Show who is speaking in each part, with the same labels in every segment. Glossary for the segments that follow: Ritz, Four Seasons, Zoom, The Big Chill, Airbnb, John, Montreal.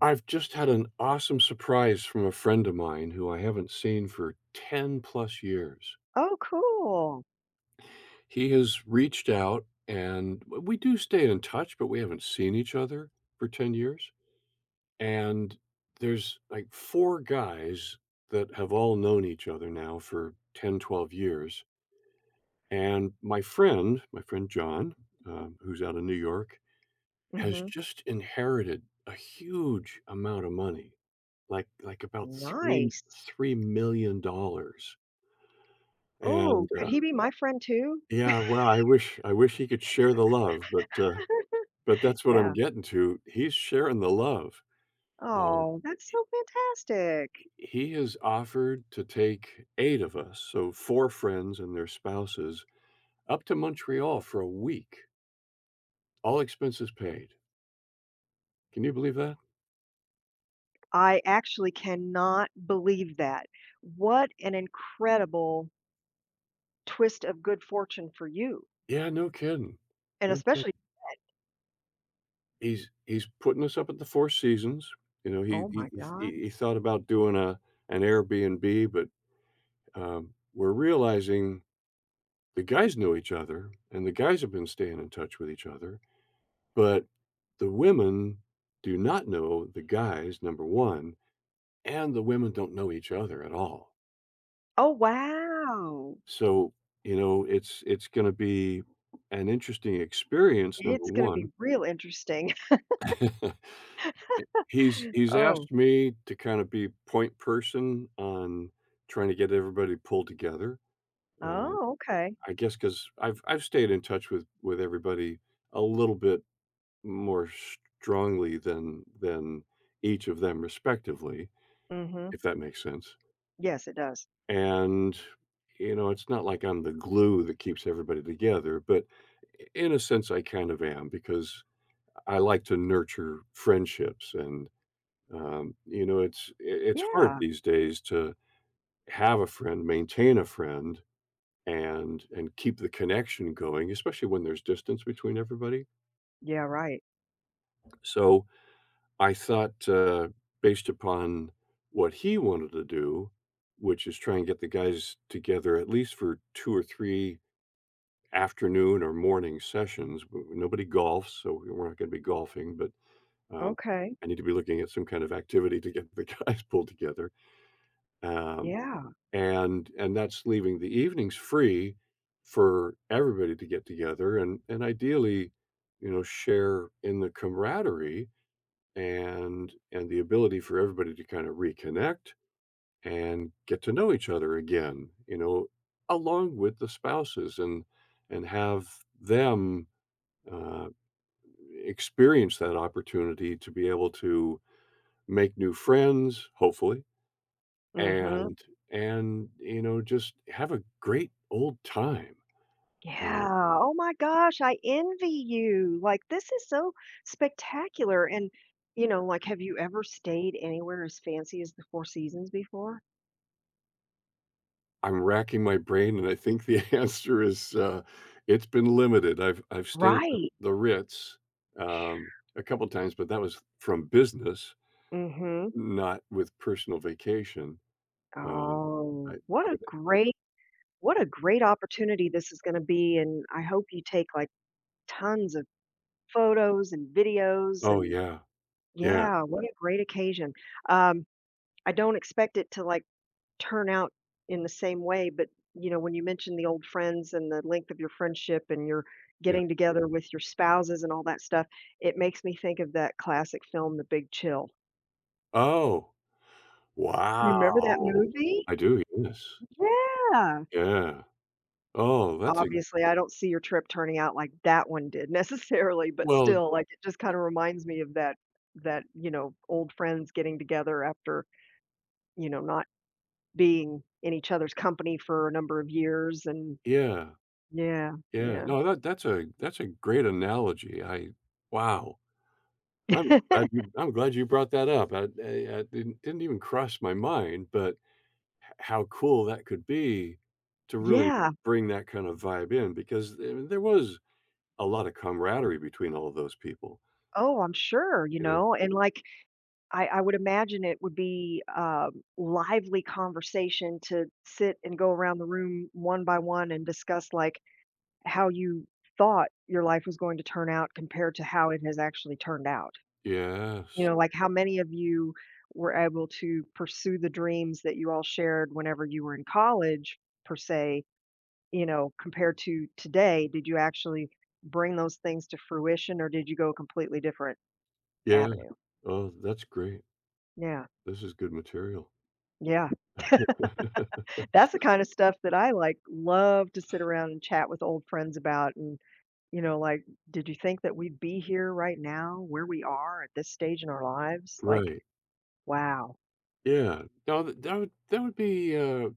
Speaker 1: I've just had an awesome surprise from a friend of mine who I haven't seen for 10 plus years.
Speaker 2: Oh, cool.
Speaker 1: He has reached out and we do stay in touch, but we haven't seen each other for 10 years. And there's like four guys that have all known each other now for 10, 12 years. And my friend John, who's out of New York, has
Speaker 2: Mhm.
Speaker 1: just inherited a huge amount of money. Like, about 3
Speaker 2: Nice.
Speaker 1: $3,000,000,
Speaker 2: Oh,
Speaker 1: and,
Speaker 2: could
Speaker 1: uh
Speaker 2: he be my friend too?
Speaker 1: yeah, well, I wish he could share the love, but but that's what I'm
Speaker 2: Yeah.
Speaker 1: getting to. He's sharing the love. Um,
Speaker 2: Oh, that's so fantastic.
Speaker 1: he has offered to take 8 of us, so 4 friends and their spouses, up to Montreal for a week, all expenses paid. Can you believe that?
Speaker 2: I actually cannot believe that. What an incredible twist of good fortune for you.
Speaker 1: Yeah, no kidding.
Speaker 2: And
Speaker 1: No kidding.
Speaker 2: especially
Speaker 1: He's putting us up at the Four Seasons. You know, he
Speaker 2: oh my
Speaker 1: he
Speaker 2: god.
Speaker 1: he he thought about doing a an Airbnb, but, we're realizing the guys know each other, and the guys have been staying in touch with each other, but the women do not know the guys, number 1, and the women don't know each other at all.
Speaker 2: Oh, wow.
Speaker 1: So, you know, it's gonna be an interesting experience, number
Speaker 2: It's gonna be
Speaker 1: 1.
Speaker 2: real interesting.
Speaker 1: He's
Speaker 2: Oh.
Speaker 1: asked me to kind of be point person on trying to get everybody pulled together. Uh,
Speaker 2: Oh, okay.
Speaker 1: I guess because I 'cause I've stayed in touch with everybody a little bit more strongly than each of them respectively,
Speaker 2: Mhm.
Speaker 1: if that makes sense.
Speaker 2: Yes, it does.
Speaker 1: And, you know, it's not like I'm the glue that keeps everybody together, but in a sense I kind of am because I like to nurture friendships and you know, it's hard
Speaker 2: Yeah.
Speaker 1: these days to have a friend, maintain a friend, and keep the connection going, especially when there's distance between everybody.
Speaker 2: Yeah, right.
Speaker 1: So I thought, based upon what he wanted to do, which is try and get the guys together at least for two or three afternoon or morning sessions. Nobody golfs, so we're not going to be golfing, but um,
Speaker 2: Okay.
Speaker 1: I need to be looking at some kind of activity to get the guys pulled together. Um,
Speaker 2: Yeah.
Speaker 1: and that's leaving the evenings free for everybody to get together and ideally, you know, share in the camaraderie and the ability for everybody to kind of reconnect and get to know each other again, you know, along with the spouses and have them uh, experience that opportunity to be able to make new friends hopefully
Speaker 2: Mhm.
Speaker 1: and and, you know, just have a great old time. Uh,
Speaker 2: Yeah. Oh my gosh, I envy you. Like this is so spectacular. And you know, like have you ever stayed anywhere as fancy as the Four Seasons before?
Speaker 1: I'm racking my brain, and I think the answer is, it's been limited. I've stayed at
Speaker 2: Right.
Speaker 1: the Ritz, a couple times, but that was from business,
Speaker 2: Mm-hmm.
Speaker 1: not with personal vacation. Um,
Speaker 2: Oh,
Speaker 1: I would.
Speaker 2: what a great opportunity this is going to be, and I hope you take like tons of photos and videos
Speaker 1: Oh,
Speaker 2: and
Speaker 1: yeah. Yeah,
Speaker 2: yeah, what a great occasion. Um I don't expect it to like turn out in the same way, but, you know, when you mention the old friends and the length of your friendship and your
Speaker 1: yeah.
Speaker 2: getting together with your spouses and all that stuff, it makes me think of that classic film, The Big Chill.
Speaker 1: Oh,
Speaker 2: You remember that
Speaker 1: wow.
Speaker 2: movie?
Speaker 1: I do, yes.
Speaker 2: Yeah.
Speaker 1: Yeah. Oh, that's a
Speaker 2: Obviously, I don't see your trip turning out like that one did necessarily, but
Speaker 1: well,
Speaker 2: still, like, it just kinda reminds me of that, you know, old friends getting together after, you know, not being in each other's company for a number of years and
Speaker 1: yeah.
Speaker 2: yeah,
Speaker 1: Yeah,
Speaker 2: yeah.
Speaker 1: no, that's a that's a great analogy, I wow. I'm glad you brought that up. I didn't even cross my mind, but h how cool that could be to really
Speaker 2: Yeah.
Speaker 1: bring that kind of vibe in because there was a lot of camaraderie between all of those people,
Speaker 2: Oh, I'm sure, you
Speaker 1: you know?
Speaker 2: know, and, like, I would imagine it would be, lively conversation to sit and go around the room one by one and discuss, like, how you thought your life was going to turn out compared to how it has actually turned out. You
Speaker 1: Yes.
Speaker 2: know, like, how many of you were able to pursue the dreams that you all shared whenever you were in college, per se, you know, compared to today? Did you actually bring those things to fruition, or did you go a completely different
Speaker 1: Yeah.
Speaker 2: avenue?
Speaker 1: Oh, that's great.
Speaker 2: Yeah.
Speaker 1: This is good material.
Speaker 2: Yeah, that's the kind of stuff that I, like, love to sit around and chat with old friends about and, you know, like, "Did you think that we'd be here right now where we are at this stage in our lives?" Like,
Speaker 1: Right.
Speaker 2: "Wow,
Speaker 1: Yeah. No, that would that would be,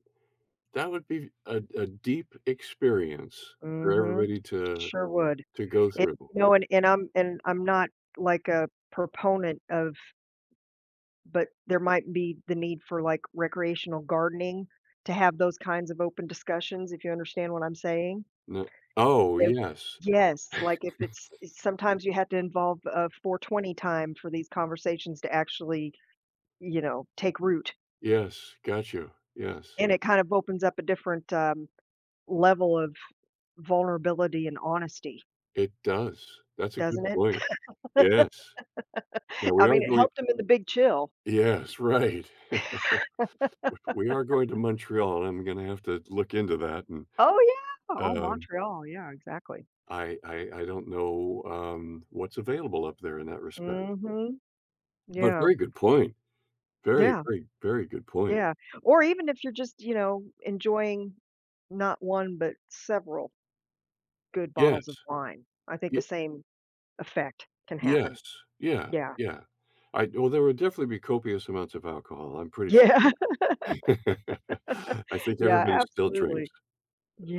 Speaker 1: that would be a deep experience for
Speaker 2: mhm,
Speaker 1: everybody
Speaker 2: sure would."
Speaker 1: to go
Speaker 2: It
Speaker 1: through.
Speaker 2: You know, and I'm not, like, a proponent of but there might be the need for, like, recreational gardening to have those kinds of open discussions, if you understand what I'm saying.
Speaker 1: No. Oh,
Speaker 2: If
Speaker 1: yes.
Speaker 2: yes, like, if sometimes you have to involve a 420 time for these conversations to actually, you know, take root,
Speaker 1: Yes, got you. Yes,
Speaker 2: and it kind of opens up a different, level of vulnerability and honesty,
Speaker 1: it does. That's a
Speaker 2: doesn't
Speaker 1: good
Speaker 2: it?
Speaker 1: point. Yes. Now we
Speaker 2: I
Speaker 1: are
Speaker 2: mean, it
Speaker 1: going.
Speaker 2: helped him in The Big Chill.
Speaker 1: Yes, right. W we are going to Montreal, and I'm gonna have to look into that, and,
Speaker 2: Oh, yeah. Oh,
Speaker 1: um,
Speaker 2: Montreal. Yeah, exactly.
Speaker 1: I I I don't know, what's available up there in that respect.
Speaker 2: Mhm.
Speaker 1: But
Speaker 2: Yeah.
Speaker 1: very good point. Very,
Speaker 2: Yeah.
Speaker 1: very, very good point.
Speaker 2: Yeah. Or even if you're just, you know, enjoying not one, but several good bottles of
Speaker 1: Yes.
Speaker 2: wine, I think the same effect can happen.
Speaker 1: Yes. Yeah,
Speaker 2: Yeah.
Speaker 1: yeah. I well, there would definitely be copious amounts of alcohol, I'm pretty
Speaker 2: Yeah.
Speaker 1: sure. I think
Speaker 2: Yeah,
Speaker 1: everybody still
Speaker 2: absolutely.
Speaker 1: drinks,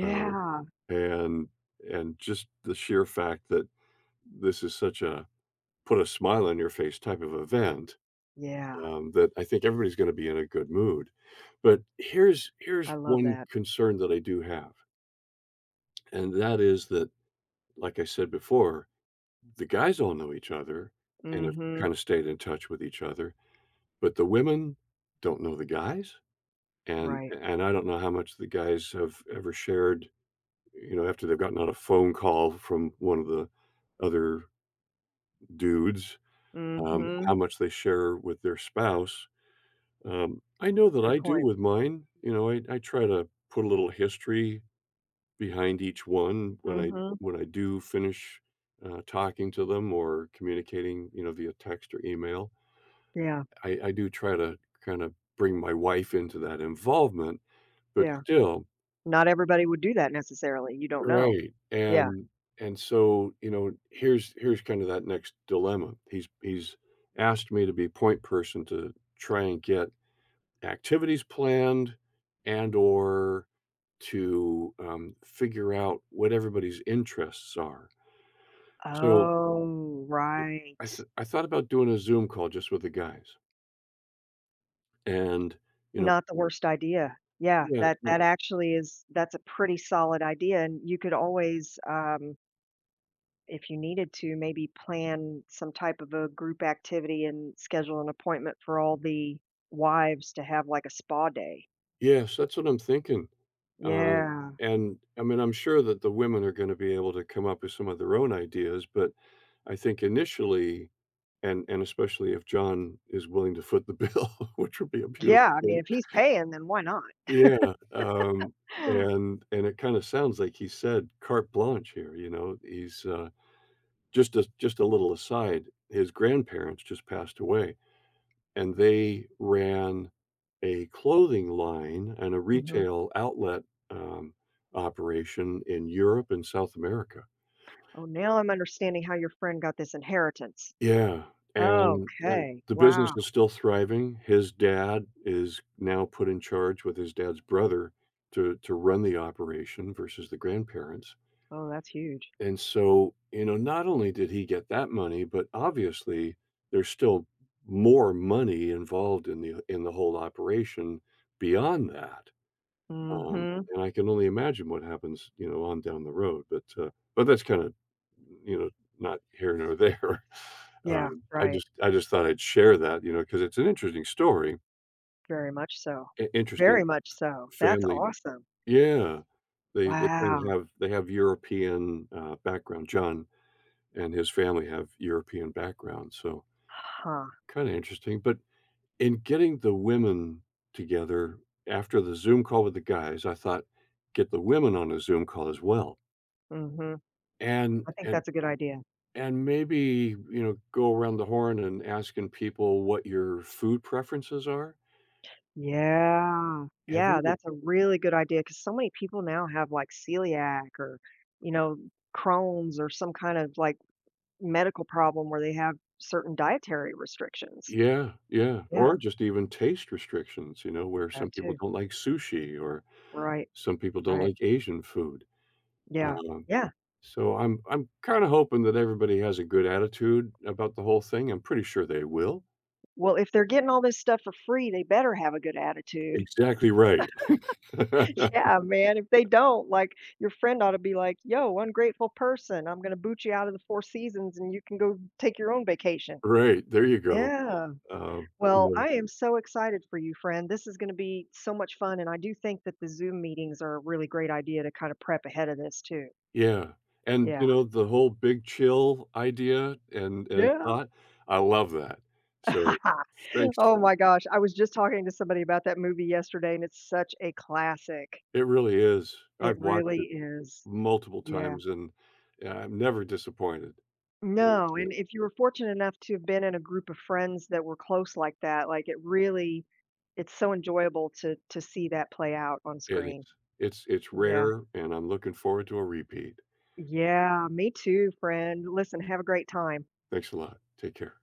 Speaker 1: um, and and just the sheer fact that this is such a put a smile on your face type of event,
Speaker 2: Yeah.
Speaker 1: that I think everybody's gonna be in a good mood. But here's
Speaker 2: I
Speaker 1: here's
Speaker 2: love
Speaker 1: one
Speaker 2: that.
Speaker 1: concern that I do have, and that is that, like I said before, the guys all know each other and
Speaker 2: Mm.
Speaker 1: have
Speaker 2: Mhm.
Speaker 1: kinda stayed in touch with each other. But the women don't know the guys,
Speaker 2: Right.
Speaker 1: and I don't know how much the guys have ever shared, you know, after they've gotten on a phone call from one of the other dudes,
Speaker 2: Mm.
Speaker 1: how
Speaker 2: Mhm.
Speaker 1: much they share with their spouse. I know that
Speaker 2: Good
Speaker 1: I do
Speaker 2: point.
Speaker 1: with mine. You know, I try to put a little history behind each one
Speaker 2: Mm. Mhm.
Speaker 1: when I do finish, talking to them or communicating, you know, via text or email.
Speaker 2: Yeah.
Speaker 1: I do try to kinda bring my wife into that involvement. But
Speaker 2: Yeah.
Speaker 1: still
Speaker 2: Not everybody would do that necessarily. You don't know.
Speaker 1: right,
Speaker 2: Yeah.
Speaker 1: and so, you know, here's kinda that next dilemma. He's asked me to be point person to try and get activities planned and or to, figure out what everybody's interests are. So,
Speaker 2: Oh, right.
Speaker 1: I thought about doing a Zoom call just with the guys, and, you know.
Speaker 2: Not the worst idea. Yeah.
Speaker 1: Yeah,
Speaker 2: That actually is that's a pretty solid idea, and you could always, if you needed to, maybe plan some type of a group activity and schedule an appointment for all the wives to have, like, a spa day.
Speaker 1: yes, that's what I'm thinking, um,
Speaker 2: Yeah.
Speaker 1: and, I mean, I'm sure that the women are gonna be able to come up with some of their own ideas, but I think initially and especially if John is willing to foot the bill, which would be a beautiful
Speaker 2: Yeah, I mean,
Speaker 1: thing.
Speaker 2: if he's paying, then why not?
Speaker 1: Yeah, um, and it kinda sounds like he said carte blanche here, you know? Just a little aside, his grandparents just passed away and they ran a clothing line and a
Speaker 2: Mhm.
Speaker 1: retail outlet, um, operation in Europe and South America.
Speaker 2: Oh, now I'm understanding how your friend got this inheritance.
Speaker 1: Yeah, and
Speaker 2: Okay.
Speaker 1: the business
Speaker 2: Wow.
Speaker 1: is still thriving. His dad is now put in charge with his dad's brother to run the operation versus the grandparents,
Speaker 2: Oh, that's huge.
Speaker 1: and so, you know, not only did he get that money, but obviously there's still more money involved in the whole operation beyond that.
Speaker 2: Mhm.
Speaker 1: And I can only imagine what happens, you know, on down the road, but but that's kinda, you know, not here nor there.
Speaker 2: Yeah, right.
Speaker 1: I just thought I'd share that, you know, because it's an interesting story,
Speaker 2: Very much so.
Speaker 1: I interesting
Speaker 2: Very much so. That's
Speaker 1: family.
Speaker 2: awesome.
Speaker 1: Yeah.
Speaker 2: Wow.
Speaker 1: They have European, background. John and his family have European background, so
Speaker 2: Huh.
Speaker 1: kinda interesting, but in getting the women together after the Zoom call with the guys, I thought, get the women on a Zoom call as well.
Speaker 2: Mhm.
Speaker 1: And
Speaker 2: I think
Speaker 1: and
Speaker 2: that's a good idea.
Speaker 1: and maybe, you know, go around the horn and asking people what your food preferences are.
Speaker 2: Yeah.
Speaker 1: Have
Speaker 2: Yeah,
Speaker 1: you.
Speaker 2: that's a really good idea. Because so many people now have, like, celiac or, you know, Crohn's or some kind of, like, medical problem where they have certain dietary restrictions.
Speaker 1: Yeah, yeah,
Speaker 2: Yeah,
Speaker 1: or just even taste restrictions, you know, where
Speaker 2: that
Speaker 1: some people
Speaker 2: too.
Speaker 1: don't like sushi or
Speaker 2: Right,
Speaker 1: some people don't
Speaker 2: right.
Speaker 1: like Asian food.
Speaker 2: Yeah,
Speaker 1: Um,
Speaker 2: yeah.
Speaker 1: so I'm kinda hoping that everybody has a good attitude about the whole thing. I'm pretty sure they will.
Speaker 2: Well, if they're getting all this stuff for free, they better have a good attitude.
Speaker 1: Exactly right.
Speaker 2: Yeah, man, if they don't, like, your friend ought to be like, "Yo, ungrateful person, I'm gonna boot you out of the Four Seasons and you can go take your own vacation."
Speaker 1: Right, there you go.
Speaker 2: Yeah.
Speaker 1: You
Speaker 2: Well,
Speaker 1: know,
Speaker 2: I am so excited for you, friend. This is going to be so much fun. And I do think that the Zoom meetings are a really great idea to kind of prep ahead of this, too.
Speaker 1: yeah, and, you
Speaker 2: Yeah.
Speaker 1: know, the whole big chill idea and
Speaker 2: Yeah.
Speaker 1: thought, I love that. So, thanks
Speaker 2: Oh my gosh. I was just talking to somebody about that movie yesterday, and it's such a classic.
Speaker 1: it really is.
Speaker 2: It
Speaker 1: I've watched
Speaker 2: really
Speaker 1: it
Speaker 2: is.
Speaker 1: multiple
Speaker 2: Yeah.
Speaker 1: times, and I'm never disappointed when it's
Speaker 2: No. And
Speaker 1: it.
Speaker 2: if you were fortunate enough to have been in a group of friends that were close like that, like it really, it's so enjoyable to see that play out on
Speaker 1: It
Speaker 2: screen.
Speaker 1: is. It's
Speaker 2: Yeah.
Speaker 1: rare, and I'm looking forward to a repeat.
Speaker 2: Yeah, me too, friend. Listen, have a great time.
Speaker 1: Thanks a lot. Take care.